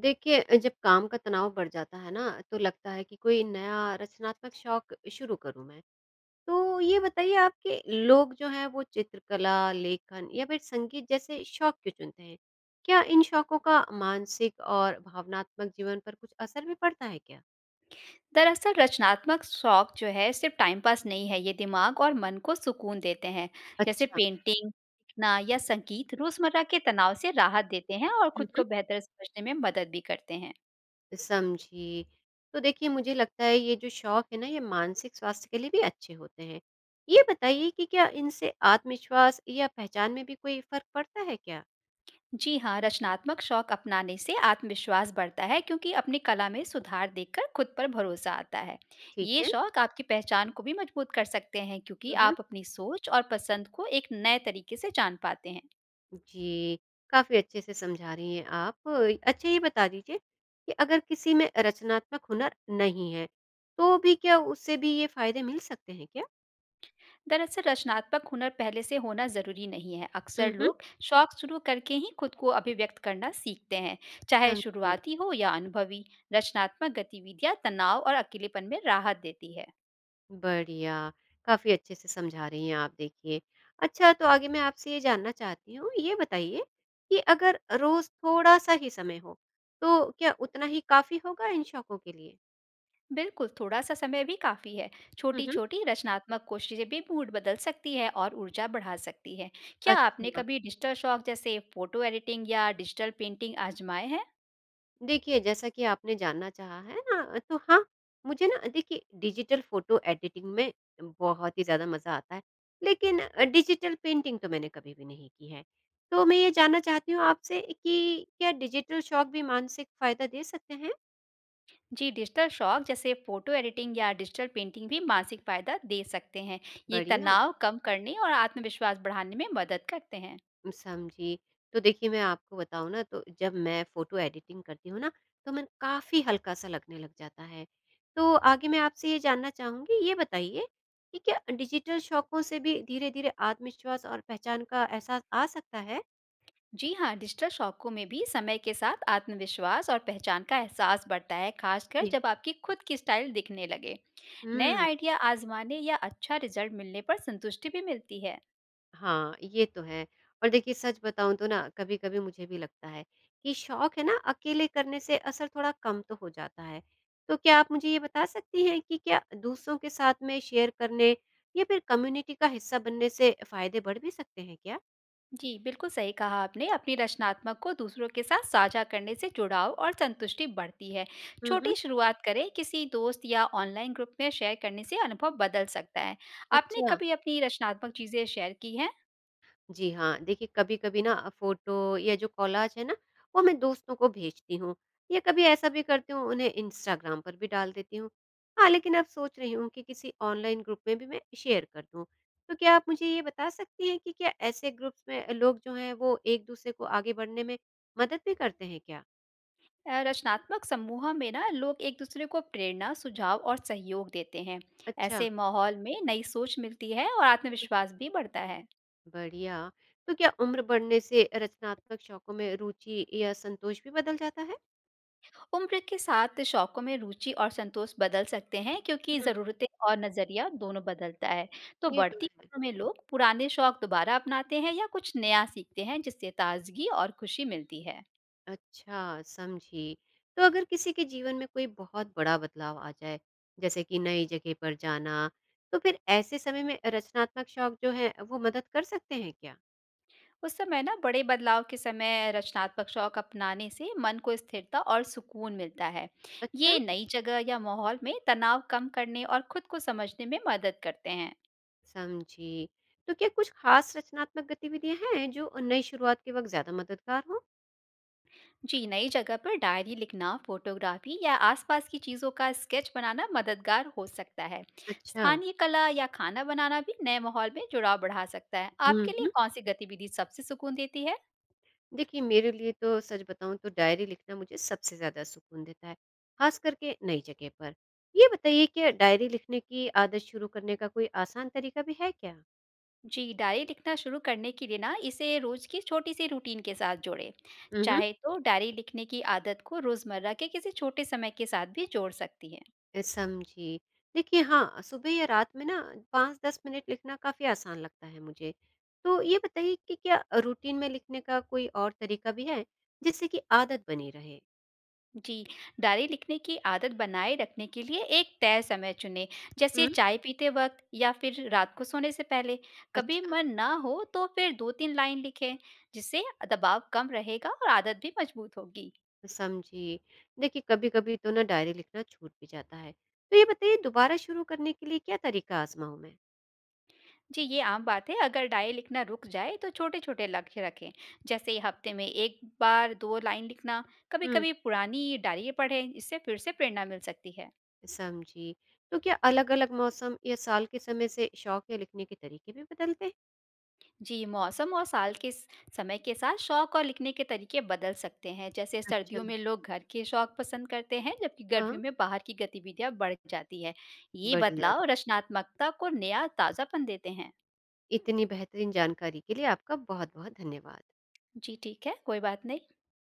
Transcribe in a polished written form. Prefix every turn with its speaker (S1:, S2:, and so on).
S1: देखिए जब काम का तनाव बढ़ जाता है ना तो लगता है कि कोई नया रचनात्मक शौक शुरू करूं मैं। तो ये बताइए आपके लोग जो हैं वो चित्रकला लेखन या फिर संगीत जैसे शौक क्यों चुनते हैं। क्या इन शौकों का मानसिक और भावनात्मक जीवन पर कुछ असर भी पड़ता है क्या।
S2: दरअसल रचनात्मक शौक जो है सिर्फ टाइम पास नहीं है, ये दिमाग और मन को सुकून देते हैं। जैसे
S1: अच्छा।
S2: पेंटिंग, लिखना या संगीत रोजमर्रा के तनाव से राहत देते हैं और खुद को
S1: मम्म।
S2: बेहतर समझने में मदद भी करते हैं।
S1: समझी। तो देखिए मुझे लगता है ये जो शौक है ना ये मानसिक स्वास्थ्य के लिए भी अच्छे होते हैं। ये बताइए कि क्या इनसे आत्मविश्वास या पहचान में भी कोई फर्क पड़ता है क्या।
S2: जी हाँ, रचनात्मक शौक अपनाने से आत्मविश्वास बढ़ता है, क्योंकि अपनी कला में सुधार देखकर खुद पर भरोसा आता है।
S1: ठीक
S2: ये
S1: है।
S2: शौक आपकी पहचान को भी मजबूत कर सकते हैं, क्योंकि
S1: हुँ, हुँ।
S2: आप अपनी सोच और पसंद को एक नए तरीके से जान पाते हैं।
S1: जी, काफ़ी अच्छे से समझा रही हैं आप। अच्छा ये बता दीजिए कि अगर किसी में रचनात्मक हुनर नहीं है, तो भी क्या उससे भी ये फ़ायदे मिल सकते हैं क्या?
S2: दरअसल रचनात्मक हुनर पहले से होना ज़रूरी नहीं है। अक्सर
S1: हुँ, हुँ।
S2: लोग शौक शुरू करके ही खुद को अभिव्यक्त करना सीखते हैं। चाहे
S1: समझी।
S2: शुरुआती हो या अनुभवी, रचनात्मक गतिविधियाँ तनाव और अकेलेपन में राहत देती है।
S1: बढ़िया, काफ़ी अच्छे से समझा रही हैं आप देखिए। अच्छा तो आगे मैं आपसे ये जानना चाहती हूँ, ये बताइए कि अगर रोज़ थोड़ा-सा ही समय हो, तो क्या उतना ही काफ़ी होगा इन शौकों के लिए?
S2: बिल्कुल, थोड़ा सा समय भी काफ़ी है।
S1: हुँ,
S2: छोटी
S1: हुँ।
S2: छोटी रचनात्मक कोशिशें भी मूड बदल सकती है और ऊर्जा बढ़ा सकती है। क्या आपने
S1: अच्छा।
S2: कभी डिजिटल शौक जैसे फोटो एडिटिंग या डिजिटल पेंटिंग आजमाए हैं?
S1: देखिए, जैसा कि आपने जानना चाहा है ना, तो हाँ, मुझे ना देखिए डिजिटल फ़ोटो एडिटिंग में बहुत ही ज़्यादा मज़ा आता है, लेकिन डिजिटल पेंटिंग तो मैंने कभी भी नहीं की है। तो मैं ये जानना चाहती हूँ आपसे कि क्या डिजिटल शौक भी मानसिक फ़ायदा दे सकते हैं?
S2: जी, डिजिटल शौक जैसे फ़ोटो एडिटिंग या डिजिटल पेंटिंग भी मानसिक फ़ायदा दे सकते हैं। ये
S1: बढ़िया।
S2: तनाव कम करने और आत्मविश्वास बढ़ाने में मदद करते हैं।
S1: समझी। तो देखिए मैं आपको बताऊँ ना तो जब मैं फ़ोटो एडिटिंग करती हूँ ना तो मैं काफ़ी हल्का-सा लगने लग जाता है। तो आगे मैं आपसे ये जानना चाहूँगी ये बताइए कि क्या डिजिटल शौकों से भी धीरे-धीरे आत्मविश्वास और पहचान का एहसास आ सकता है?
S2: जी हाँ, डिजिटल शौकों में भी समय के साथ आत्मविश्वास और पहचान का एहसास बढ़ता है, खासकर
S1: जी।
S2: जब आपकी खुद की स्टाइल दिखने लगे। नए
S1: हुँ।
S2: आइडिया आज़माने या अच्छा रिज़ल्ट मिलने पर संतुष्टि भी मिलती है।
S1: हाँ, ये तो है। और देखिए सच बताऊँ तो ना कभी-कभी मुझे भी लगता है कि शौक है ना अकेले करने से असर थोड़ा कम तो हो जाता है। तो क्या आप मुझे ये बता सकती हैं कि क्या दूसरों के साथ में शेयर करने या फिर कम्युनिटी का हिस्सा बनने से फ़ायदे बढ़ भी सकते हैं क्या?
S2: जी, बिल्कुल सही कहा आपने। अपनी रचनात्मक को दूसरों के साथ साझा करने से जुड़ाव और संतुष्टि बढ़ती है।
S1: हुँ, हुँ।
S2: छोटी शुरुआत करें, किसी दोस्त या ऑनलाइन ग्रुप में शेयर करने से अनुभव बदल सकता है। आपने
S1: अच्छा।
S2: कभी अपनी रचनात्मक चीज़ें शेयर की हैं?
S1: जी हाँ, देखिए कभी-कभी ना फ़ोटो या जो कॉलाज है ना, वो मैं दोस्तों को भेजती हूँ या कभी ऐसा भी करती हूँ उन्हें इंस्टाग्राम पर भी डाल देती हूँ। हाँ, लेकिन अब सोच रही हूँ कि किसी ऑनलाइन ग्रुप में भी मैं शेयर कर दूँ। तो क्या आप मुझे ये बता सकती हैं कि क्या ऐसे ग्रुप्स में लोग जो हैं वो एक-दूसरे को आगे बढ़ने में मदद भी करते हैं क्या?
S2: रचनात्मक समूह में ना लोग एक दूसरे को प्रेरणा, सुझाव और सहयोग देते हैं।
S1: अच्छा,
S2: ऐसे माहौल में नई सोच मिलती है और आत्मविश्वास भी बढ़ता है।
S1: बढ़िया। तो क्या उम्र बढ़ने से रचनात्मक शौकों में रुचि या संतोष भी बदल जाता है?
S2: उम्र के साथ शौकों में रुचि और संतोष बदल सकते हैं, क्योंकि
S1: हुँ,
S2: ज़रूरतें और नज़रिया दोनों बदलता है। तो
S1: ये तो
S2: बढ़ती
S1: है।
S2: उम्र में लोग पुराने शौक दोबारा अपनाते हैं या कुछ नया सीखते हैं, जिससे ताजगी और खुशी मिलती है।
S1: अच्छा, समझी। तो अगर किसी के जीवन में कोई बहुत बड़ा बदलाव आ जाए, जैसे कि नई जगह पर जाना, तो फिर ऐसे समय में रचनात्मक शौक जो है, वो मदद कर सकते हैं क्या?
S2: उस समय ना बड़े बदलाव के समय रचनात्मक शौक अपनाने से मन को स्थिरता और सुकून मिलता है।
S1: अच्छा,
S2: ये नई जगह या माहौल में तनाव कम करने और खुद को समझने में मदद करते हैं।
S1: समझी। तो क्या कुछ खास रचनात्मक गतिविधियाँ हैं जो नई शुरुआत के वक़्त ज़्यादा मददगार हों?
S2: जी, नई जगह पर डायरी लिखना, फोटोग्राफी या आसपास की चीज़ों का स्केच बनाना मददगार हो सकता है।
S1: अच्छा।
S2: स्थानीय कला या खाना बनाना भी नए माहौल में जुड़ाव बढ़ा सकता है।
S1: हुँ,
S2: आपके लिए
S1: हुँ।
S2: कौन सी गतिविधि सबसे सुकून देती है?
S1: देखिए मेरे लिए तो सच बताऊँ तो डायरी लिखना मुझे सबसे ज़्यादा सुकून देता है, ख़ास करके नई जगह पर। ये बताइए क्या डायरी लिखने की आदत शुरू करने का कोई आसान तरीका भी है क्या?
S2: जी, डायरी लिखना शुरू करने के लिए ना इसे रोज की छोटी सी रूटीन के साथ जोड़ें।
S1: उहुँ,
S2: चाहे तो डायरी लिखने की आदत को रोजमर्रा के किसी छोटे समय के साथ भी जोड़ सकती है।
S1: समझी। देखिए हाँ, सुबह या रात में ना 5-10 मिनट लिखना काफ़ी आसान लगता है मुझे। तो ये बताइए कि क्या रूटीन में लिखने का कोई और तरीका भी है, जिससे कि आदत बनी रहे?
S2: जी, डायरी लिखने की आदत बनाए रखने के लिए एक तय समय चुनें, जैसे
S1: हुँ,
S2: चाय पीते वक्त या फिर रात को सोने से पहले। कभी
S1: अच्छा,
S2: मन ना हो तो फिर 2-3 लाइन लिखें, जिससे दबाव कम रहेगा और आदत भी मजबूत होगी।
S1: समझी। देखिए कभी-कभी तो ना डायरी लिखना छूट भी जाता है। तो ये बताइए दोबारा शुरू करने के लिए क्या तरीका आज़माऊँ मैं?
S2: जी, ये आम बात है। अगर डायरी लिखना रुक जाए तो छोटे-छोटे लक्ष्य रखें, जैसे हफ्ते में 1 बार 2 लाइन लिखना।
S1: हुँ,
S2: कभी-कभी पुरानी डायरी पढ़ें, इससे फिर से प्रेरणा मिल सकती है।
S1: समझी। तो क्या अलग-अलग मौसम या साल के समय से शौक या लिखने के तरीके भी बदलते हैं?
S2: जी, मौसम और साल के स समय के साथ शौक और लिखने के तरीके बदल सकते हैं। जैसे
S1: अच्छा,
S2: सर्दियों में लोग घर के शौक पसंद करते हैं, जबकि
S1: हाँ,
S2: गर्मियों में बाहर की गतिविधियाँ बढ़ जाती है। ये
S1: बढ़िया।
S2: बदलाव रचनात्मकता को नया ताज़ापन देते हैं।
S1: इतनी बेहतरीन जानकारी के लिए आपका बहुत-बहुत धन्यवाद।
S2: जी, ठीक है, कोई बात नहीं।